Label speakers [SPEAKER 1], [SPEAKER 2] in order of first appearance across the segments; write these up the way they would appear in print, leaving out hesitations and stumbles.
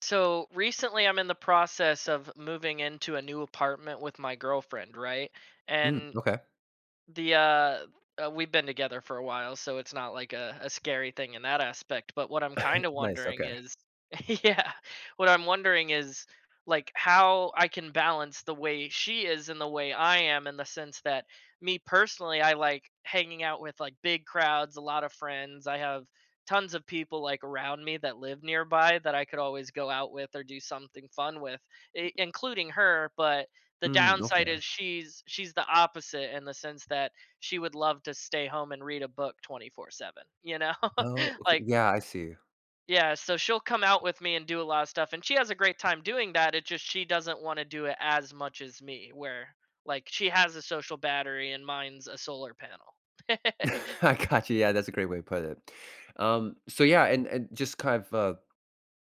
[SPEAKER 1] So recently, I'm in the process of moving into a new apartment with my girlfriend, right?
[SPEAKER 2] Mm,
[SPEAKER 1] And
[SPEAKER 2] okay.
[SPEAKER 1] the, uh we've been together for a while, so it's not like a scary thing in that aspect. But what I'm kind of
[SPEAKER 2] Nice,
[SPEAKER 1] wondering
[SPEAKER 2] okay.
[SPEAKER 1] is, yeah, what I'm wondering is like how I can balance the way she is and the way I am, in the sense that me personally, I like hanging out with like big crowds, a lot of friends. I have tons of people like around me that live nearby that I could always go out with or do something fun with, including her. But the
[SPEAKER 2] Mm,
[SPEAKER 1] downside
[SPEAKER 2] okay.
[SPEAKER 1] is she's the opposite, in the sense that she would love to stay home and read a book 24/7, you know?
[SPEAKER 2] Oh, okay.
[SPEAKER 1] Like
[SPEAKER 2] Yeah, I see.
[SPEAKER 1] yeah, so she'll come out with me and do a lot of stuff and she has a great time doing that. It just she doesn't want to do it as much as me, where like she has a social battery and mine's a solar panel.
[SPEAKER 2] I got you. Yeah, that's a great way to put it. So yeah, and just kind of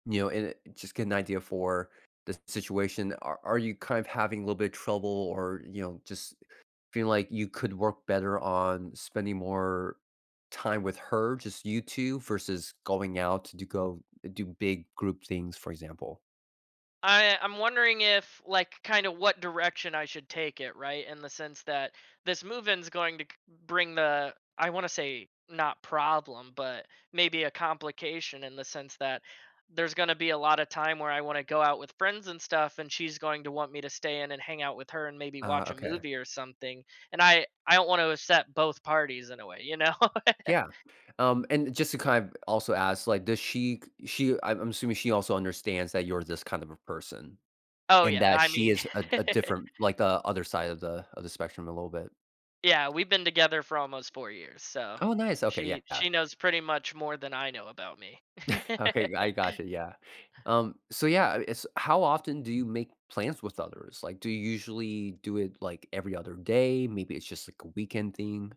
[SPEAKER 2] you know, and it- just get an idea for the situation. Are you kind of having a little bit of trouble, or you know, just feeling like you could work better on spending more time with her, just you two, versus going out to do go do big group things, for example?
[SPEAKER 1] I'm wondering if like kind of what direction I should take it, right? In the sense that this move-in's going to c- bring the I want to say not problem, but maybe a complication, in the sense that there's going to be a lot of time where I want to go out with friends and stuff and she's going to want me to stay in and hang out with her and maybe
[SPEAKER 2] Uh,
[SPEAKER 1] watch a
[SPEAKER 2] okay.
[SPEAKER 1] movie or something. And I don't want to upset both parties in a way, you know?
[SPEAKER 2] Yeah. And just to kind of also ask, like, does she I'm assuming she also understands that you're this kind of a person
[SPEAKER 1] Oh
[SPEAKER 2] and
[SPEAKER 1] yeah,
[SPEAKER 2] that
[SPEAKER 1] I
[SPEAKER 2] she
[SPEAKER 1] mean.
[SPEAKER 2] is a, a different like the other side of the spectrum a little bit.
[SPEAKER 1] Yeah, we've been together for almost 4 years, so
[SPEAKER 2] Oh, nice. Okay, yeah,
[SPEAKER 1] she
[SPEAKER 2] yeah.
[SPEAKER 1] she knows pretty much more than I know about me.
[SPEAKER 2] Okay, I gotcha. Yeah. So yeah, it's how often do you make plans with others? Like, do you usually do it like every other day? Maybe it's just like a weekend thing.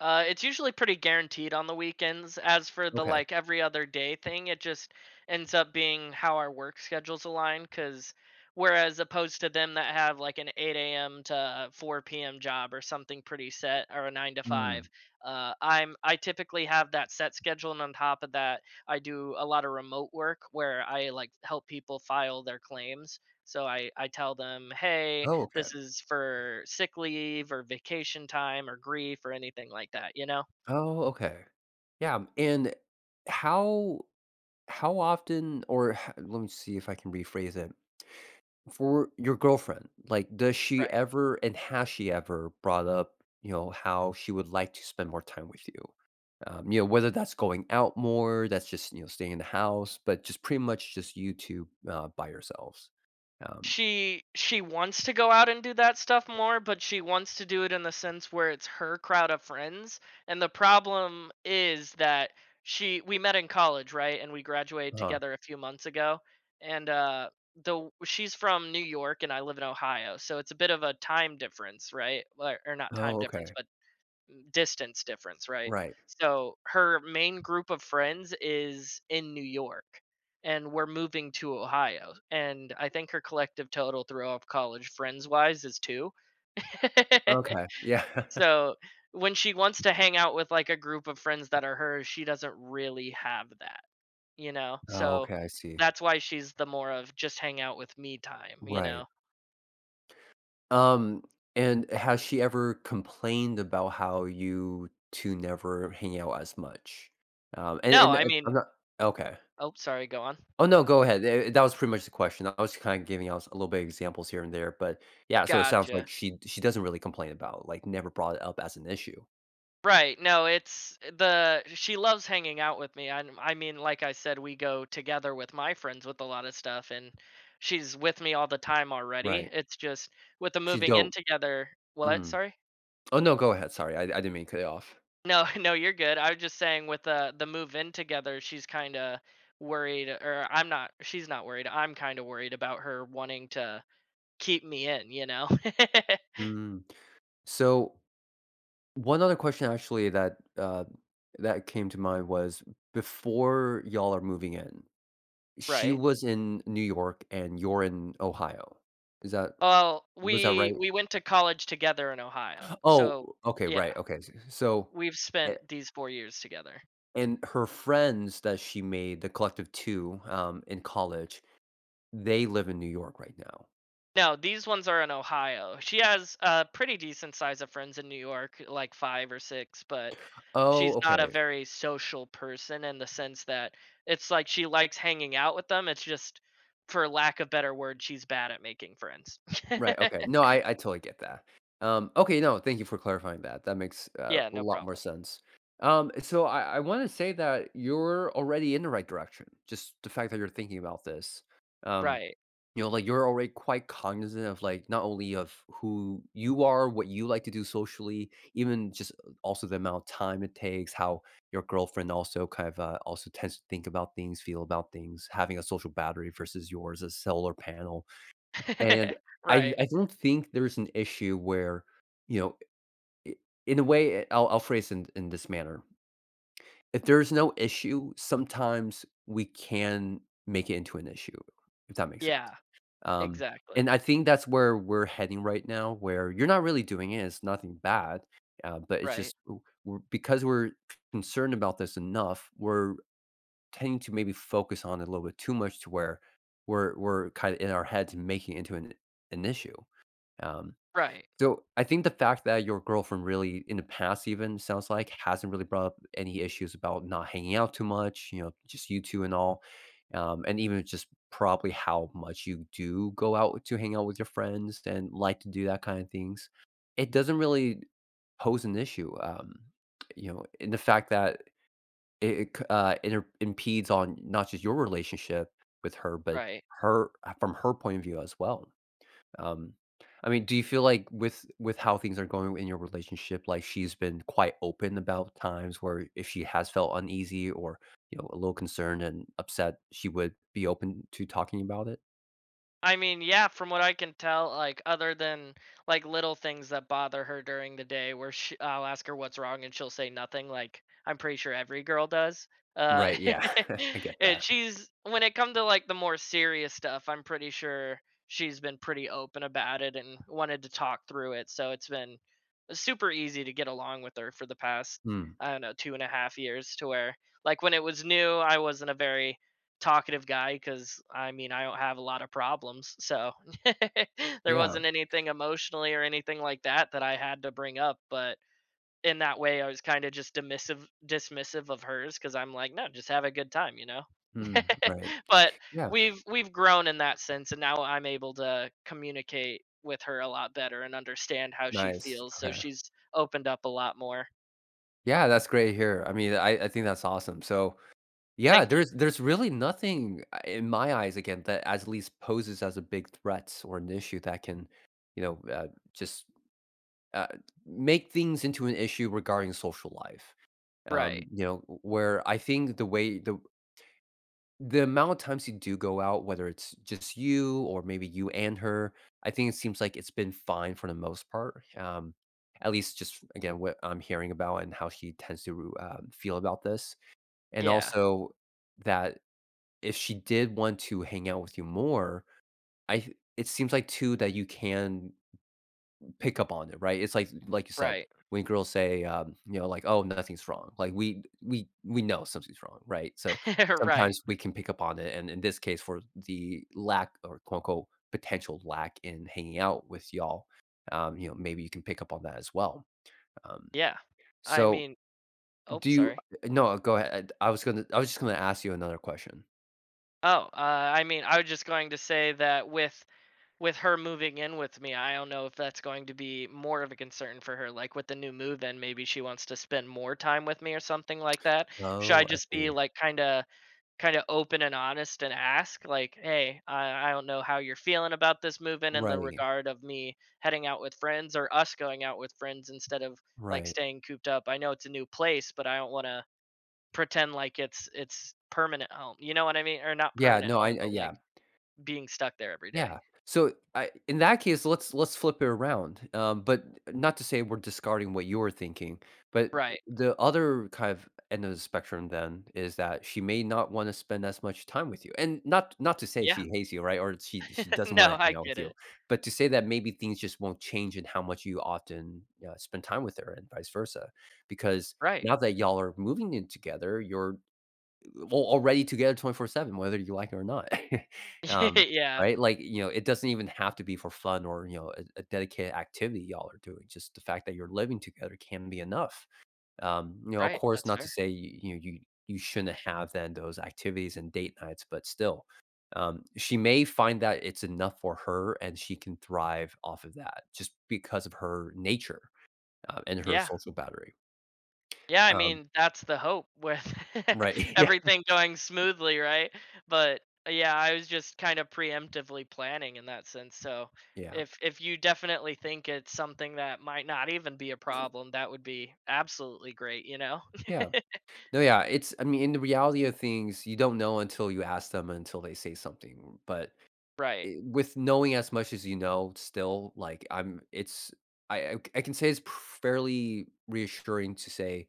[SPEAKER 1] It's usually pretty guaranteed on the weekends. As for the
[SPEAKER 2] Okay.
[SPEAKER 1] like every other day thing, it just ends up being how our work schedules align. Because whereas opposed to them that have like an 8 a.m. to 4 p.m. job or something pretty set or a 9 to 5,
[SPEAKER 2] Mm.
[SPEAKER 1] I typically have that set schedule, and on top of that, I do a lot of remote work where I like help people file their claims. So I tell them, hey,
[SPEAKER 2] Oh, okay.
[SPEAKER 1] this is for sick leave or vacation time or grief or anything like that, you know?
[SPEAKER 2] Oh, okay. Yeah. And how? How often or h let me see if I can rephrase it. For your girlfriend, like, does she
[SPEAKER 1] Right.
[SPEAKER 2] ever and has she ever brought up, you know, how she would like to spend more time with you? You know, whether that's going out more, that's just, you know, staying in the house, but just pretty much just you 2, by yourselves. Um.
[SPEAKER 1] She wants to go out and do that stuff more, but she wants to do it in the sense where it's her crowd of friends, and the problem is that she we met in college, right, and we graduated
[SPEAKER 2] Uh-huh.
[SPEAKER 1] together a few months ago, and, the she's from New York and I live in Ohio, so it's a bit of a time difference, right? Or not time
[SPEAKER 2] Oh,
[SPEAKER 1] difference,
[SPEAKER 2] okay.
[SPEAKER 1] but distance difference, right?
[SPEAKER 2] Right.
[SPEAKER 1] So her main group of friends is in New York and we're moving to Ohio. And I think her collective total throughout college friends wise is 2.
[SPEAKER 2] Okay. Yeah.
[SPEAKER 1] So when she wants to hang out with like a group of friends that are hers, she doesn't really have that, you know?
[SPEAKER 2] Oh,
[SPEAKER 1] So
[SPEAKER 2] okay, I see.
[SPEAKER 1] that's why she's the more of just hang out with me time, you
[SPEAKER 2] Right.
[SPEAKER 1] know?
[SPEAKER 2] Um, and has she ever complained about how you 2 never hang out as much? And
[SPEAKER 1] No,
[SPEAKER 2] and
[SPEAKER 1] I
[SPEAKER 2] and
[SPEAKER 1] mean,
[SPEAKER 2] I'm not okay.
[SPEAKER 1] oh, sorry, go on.
[SPEAKER 2] Oh, no, go ahead. That was pretty much the question. I was kinda giving out a little bit of examples here and there, but yeah, so it sounds
[SPEAKER 1] Gotcha.
[SPEAKER 2] like she doesn't really complain about, like, never brought it up as an issue.
[SPEAKER 1] Right. No, it's the she loves hanging out with me. I mean, like I said, we go together with my friends with a lot of stuff and she's with me all the time already.
[SPEAKER 2] Right.
[SPEAKER 1] It's just with the
[SPEAKER 2] She
[SPEAKER 1] moving in
[SPEAKER 2] don't.
[SPEAKER 1] together. What?
[SPEAKER 2] Mm.
[SPEAKER 1] Sorry?
[SPEAKER 2] Oh, no, go ahead, sorry. I didn't mean to cut you off.
[SPEAKER 1] No, no, you're good. I was just saying with the move in together, she's not worried. I'm kind of worried about her wanting to keep me in, you know.
[SPEAKER 2] Mm. So, one other question actually that, that came to mind was before y'all are moving in, she
[SPEAKER 1] Right.
[SPEAKER 2] was in New York and you're in Ohio. Is that
[SPEAKER 1] Well,
[SPEAKER 2] was that
[SPEAKER 1] we
[SPEAKER 2] right?
[SPEAKER 1] we went to college together in Ohio. So,
[SPEAKER 2] Oh, okay,
[SPEAKER 1] yeah.
[SPEAKER 2] right, okay. S so,
[SPEAKER 1] We've
[SPEAKER 2] a
[SPEAKER 1] spent these 4 years together.
[SPEAKER 2] and her friends that she made, the collective 2, in college, they live in New York right now.
[SPEAKER 1] No, these ones are in Ohio. She has a pretty decent size of friends in New York, like 5 or 6, but
[SPEAKER 2] Oh,
[SPEAKER 1] she's not a
[SPEAKER 2] okay.
[SPEAKER 1] very social person, in the sense that it's like she likes hanging out with them, it's just for lack of better word, she's bad at making friends.
[SPEAKER 2] Right, okay. No, I totally get that. Okay, no, thank you for clarifying that. That makes,
[SPEAKER 1] Yeah,
[SPEAKER 2] a
[SPEAKER 1] no
[SPEAKER 2] lot more
[SPEAKER 1] problem.
[SPEAKER 2] sense. So I wanna say that you're already in the right direction, just the fact that you're thinking about this. Um,
[SPEAKER 1] Right.
[SPEAKER 2] you know, like, you're already quite cognizant of, like, not only of who you are, what you like to do socially, even just also the amount of time it takes, how your girlfriend also kind of, also tends to think about things, feel about things, having a social battery versus yours, a solar panel. And I
[SPEAKER 1] Right.
[SPEAKER 2] I don't think there's an issue where, you know, I in a way, I'll phrase in this manner. If there's no issue, sometimes we can make it into an issue, if that makes sense.
[SPEAKER 1] Yeah,
[SPEAKER 2] Um,
[SPEAKER 1] exactly.
[SPEAKER 2] and I think that's where we're heading right now, where you're not really doing it, it's nothing bad, but it's
[SPEAKER 1] Right.
[SPEAKER 2] just w we're because we're concerned about this enough, we're tending to maybe focus on it a little bit too much to where we're kinda in our heads making it into an issue. Um,
[SPEAKER 1] Right.
[SPEAKER 2] so I think the fact that your girlfriend really in the past even sounds like hasn't really brought up any issues about not hanging out too much, you know, just you 2 and all, and even just probably how much you do go out to hang out with your friends and like to do that kind of things. It doesn't really pose an issue, you know, in the fact that it c inter impedes on not just your relationship with her, but
[SPEAKER 1] Right.
[SPEAKER 2] her from her point of view as well. Um, I mean, do you feel like with how things are going in your relationship, like she's been quite open about times where if she has felt uneasy or you know a little concerned and upset, she would be open to talking about it?
[SPEAKER 1] I mean, yeah, from what I can tell, like other than like little things that bother her during the day, where she, I'll ask her what's wrong and she'll say nothing. Like I'm pretty sure every girl does. Uh,
[SPEAKER 2] Right. Yeah, I get
[SPEAKER 1] and
[SPEAKER 2] that.
[SPEAKER 1] she's when it comes to like the more serious stuff, I'm pretty sure she's been pretty open about it and wanted to talk through it. So it's been super easy to get along with her for the past
[SPEAKER 2] Hmm.
[SPEAKER 1] I don't know two and a half years. To where like when it was new, I wasn't a very talkative guy because I mean I don't have a lot of problems, so there
[SPEAKER 2] Yeah.
[SPEAKER 1] wasn't anything emotionally or anything like that that I had to bring up. But in that way, I was kind of just dismissive of hers because I'm like, no, just have a good time, you know.
[SPEAKER 2] Hmm. Right.
[SPEAKER 1] But
[SPEAKER 2] Yeah.
[SPEAKER 1] we've grown in that sense, and now I'm able to communicate with her a lot better and understand how she
[SPEAKER 2] Nice.
[SPEAKER 1] feels. So
[SPEAKER 2] Okay.
[SPEAKER 1] she's opened up a lot more.
[SPEAKER 2] Yeah, that's great to hear. I mean, I think that's awesome. So yeah,
[SPEAKER 1] Thank you.
[SPEAKER 2] there's really nothing in my eyes again that as at least poses as a big threat or an issue that can, you know, just uh, make things into an issue regarding social life.
[SPEAKER 1] Right.
[SPEAKER 2] You know, where I think the way the amount of times you do go out, whether it's just you or maybe you and her, I think it seems like it's been fine for the most part. At least, just again, what I'm hearing about and how she tends to feel about this, and
[SPEAKER 1] Yeah.
[SPEAKER 2] also that if she did want to hang out with you more, it seems like too that you can pick up on it, right? It's like you said,
[SPEAKER 1] Right.
[SPEAKER 2] when girls say, you know, like, "Oh, nothing's wrong." Like we know something's wrong, right? So
[SPEAKER 1] Right.
[SPEAKER 2] sometimes we can pick up on it, and in this case, for the lack or quote unquote potential lack in hanging out with y'all, you know, maybe you can pick up on that as well. Um,
[SPEAKER 1] Yeah. I
[SPEAKER 2] so
[SPEAKER 1] mean, oh,
[SPEAKER 2] do you?
[SPEAKER 1] sorry.
[SPEAKER 2] No, go ahead. I was gonna. I was just gonna ask you another question.
[SPEAKER 1] Oh, I mean, I was just going to say that with her moving in with me, I don't know if that's going to be more of a concern for her. Like with the new move, then maybe she wants to spend more time with me or something like that. Should I
[SPEAKER 2] Oh, I
[SPEAKER 1] just be
[SPEAKER 2] see.
[SPEAKER 1] like kind of open and honest and ask like, hey, I don't know how you're feeling about this move in the
[SPEAKER 2] Right,
[SPEAKER 1] regard of me heading out with friends or us going out with friends instead of like
[SPEAKER 2] right.
[SPEAKER 1] staying cooped up. I know it's a new place, but I don't want to pretend like it's permanent home, you know what I mean? Or not
[SPEAKER 2] Yeah.
[SPEAKER 1] permanent
[SPEAKER 2] No, I.
[SPEAKER 1] home,
[SPEAKER 2] I
[SPEAKER 1] but, like,
[SPEAKER 2] yeah.
[SPEAKER 1] being stuck there every day.
[SPEAKER 2] Yeah. So I, in that case, let's flip it around. But not to say we're discarding what you were thinking, but
[SPEAKER 1] Right.
[SPEAKER 2] the other kind of end of the spectrum then is that she may not want to spend as much time with you, and not to say
[SPEAKER 1] Yeah.
[SPEAKER 2] she hates you, right? Or she doesn't want
[SPEAKER 1] No,
[SPEAKER 2] to
[SPEAKER 1] I
[SPEAKER 2] hang out with
[SPEAKER 1] get
[SPEAKER 2] you,
[SPEAKER 1] it.
[SPEAKER 2] but to say that maybe things just won't change in how much you often spend time with her, and vice versa, because
[SPEAKER 1] Right.
[SPEAKER 2] now that y'all are moving in together, you're well, already together 24/7, whether you like it or not. Um,
[SPEAKER 1] Yeah.
[SPEAKER 2] right? Like, you know, it doesn't even have to be for fun or, you know, a dedicated activity y'all are doing. Just the fact that you're living together can be enough. You know, of
[SPEAKER 1] Right,
[SPEAKER 2] course,
[SPEAKER 1] that's
[SPEAKER 2] not to
[SPEAKER 1] fair.
[SPEAKER 2] say you, you know, you shouldn't have then those activities and date nights, but still, she may find that it's enough for her and she can thrive off of that just because of her nature and her
[SPEAKER 1] Yeah.
[SPEAKER 2] social battery.
[SPEAKER 1] Yeah, I
[SPEAKER 2] Um,
[SPEAKER 1] mean, that's the hope with
[SPEAKER 2] right? yeah,
[SPEAKER 1] everything going smoothly, right? But, yeah, I was just kind of preemptively planning in that sense, so
[SPEAKER 2] yeah,
[SPEAKER 1] if you definitely think it's something that might not even be a problem, that would be absolutely great, you know?
[SPEAKER 2] yeah. No, yeah, it's I mean, in the reality of things, you don't know until you ask them, until they say something, but
[SPEAKER 1] Right.
[SPEAKER 2] it with knowing as much as you know, still, like, I'm it's I can say it's fairly reassuring to say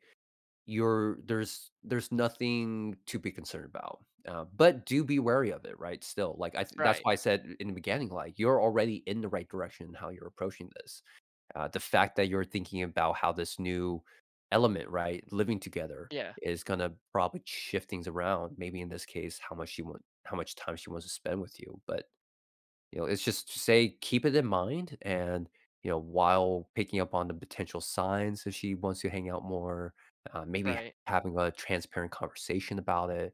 [SPEAKER 2] you're there's nothing to be concerned about, but do be wary of it, right, still, like, I that's
[SPEAKER 1] Right.
[SPEAKER 2] why I said in the beginning, like, you're already in the right direction in how you're approaching this. The fact that you're thinking about how this new element, right, living together
[SPEAKER 1] Yeah.
[SPEAKER 2] is gonna probably shift things around. Maybe in this case, how much she want, how much time she wants to spend with you. But you know, it's just to say keep it in mind, and you know, while picking up on the potential signs if she wants to hang out more, maybe
[SPEAKER 1] Right.
[SPEAKER 2] having a transparent conversation about it.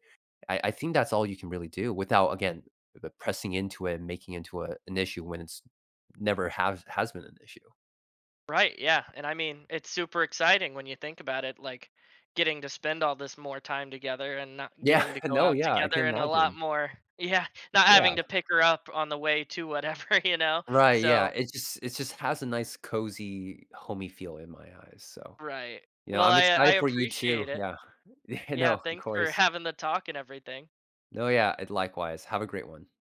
[SPEAKER 2] I think that's all you can really do without again pressing into it and making into an issue when it's never have has been an issue.
[SPEAKER 1] Right, yeah, and I mean, it's super exciting when you think about it, like, getting to spend all this more time together and not
[SPEAKER 2] Yeah,
[SPEAKER 1] getting to go
[SPEAKER 2] no,
[SPEAKER 1] out
[SPEAKER 2] yeah, I
[SPEAKER 1] together
[SPEAKER 2] can
[SPEAKER 1] and a lot
[SPEAKER 2] imagine.
[SPEAKER 1] more. Yeah, not
[SPEAKER 2] Yeah,
[SPEAKER 1] having to pick her up on the way to whatever. You know?
[SPEAKER 2] right, yeah,
[SPEAKER 1] So
[SPEAKER 2] it just has a nice cozy, homey feel in my eyes, so,
[SPEAKER 1] right.
[SPEAKER 2] you know,
[SPEAKER 1] Well,
[SPEAKER 2] I'm
[SPEAKER 1] I
[SPEAKER 2] excited for you
[SPEAKER 1] appreciate
[SPEAKER 2] too,
[SPEAKER 1] it.
[SPEAKER 2] yeah. Yeah, no,
[SPEAKER 1] Yeah,
[SPEAKER 2] of
[SPEAKER 1] thanks for
[SPEAKER 2] course.
[SPEAKER 1] having the talk and everything.
[SPEAKER 2] No, yeah, it likewise, have a great one.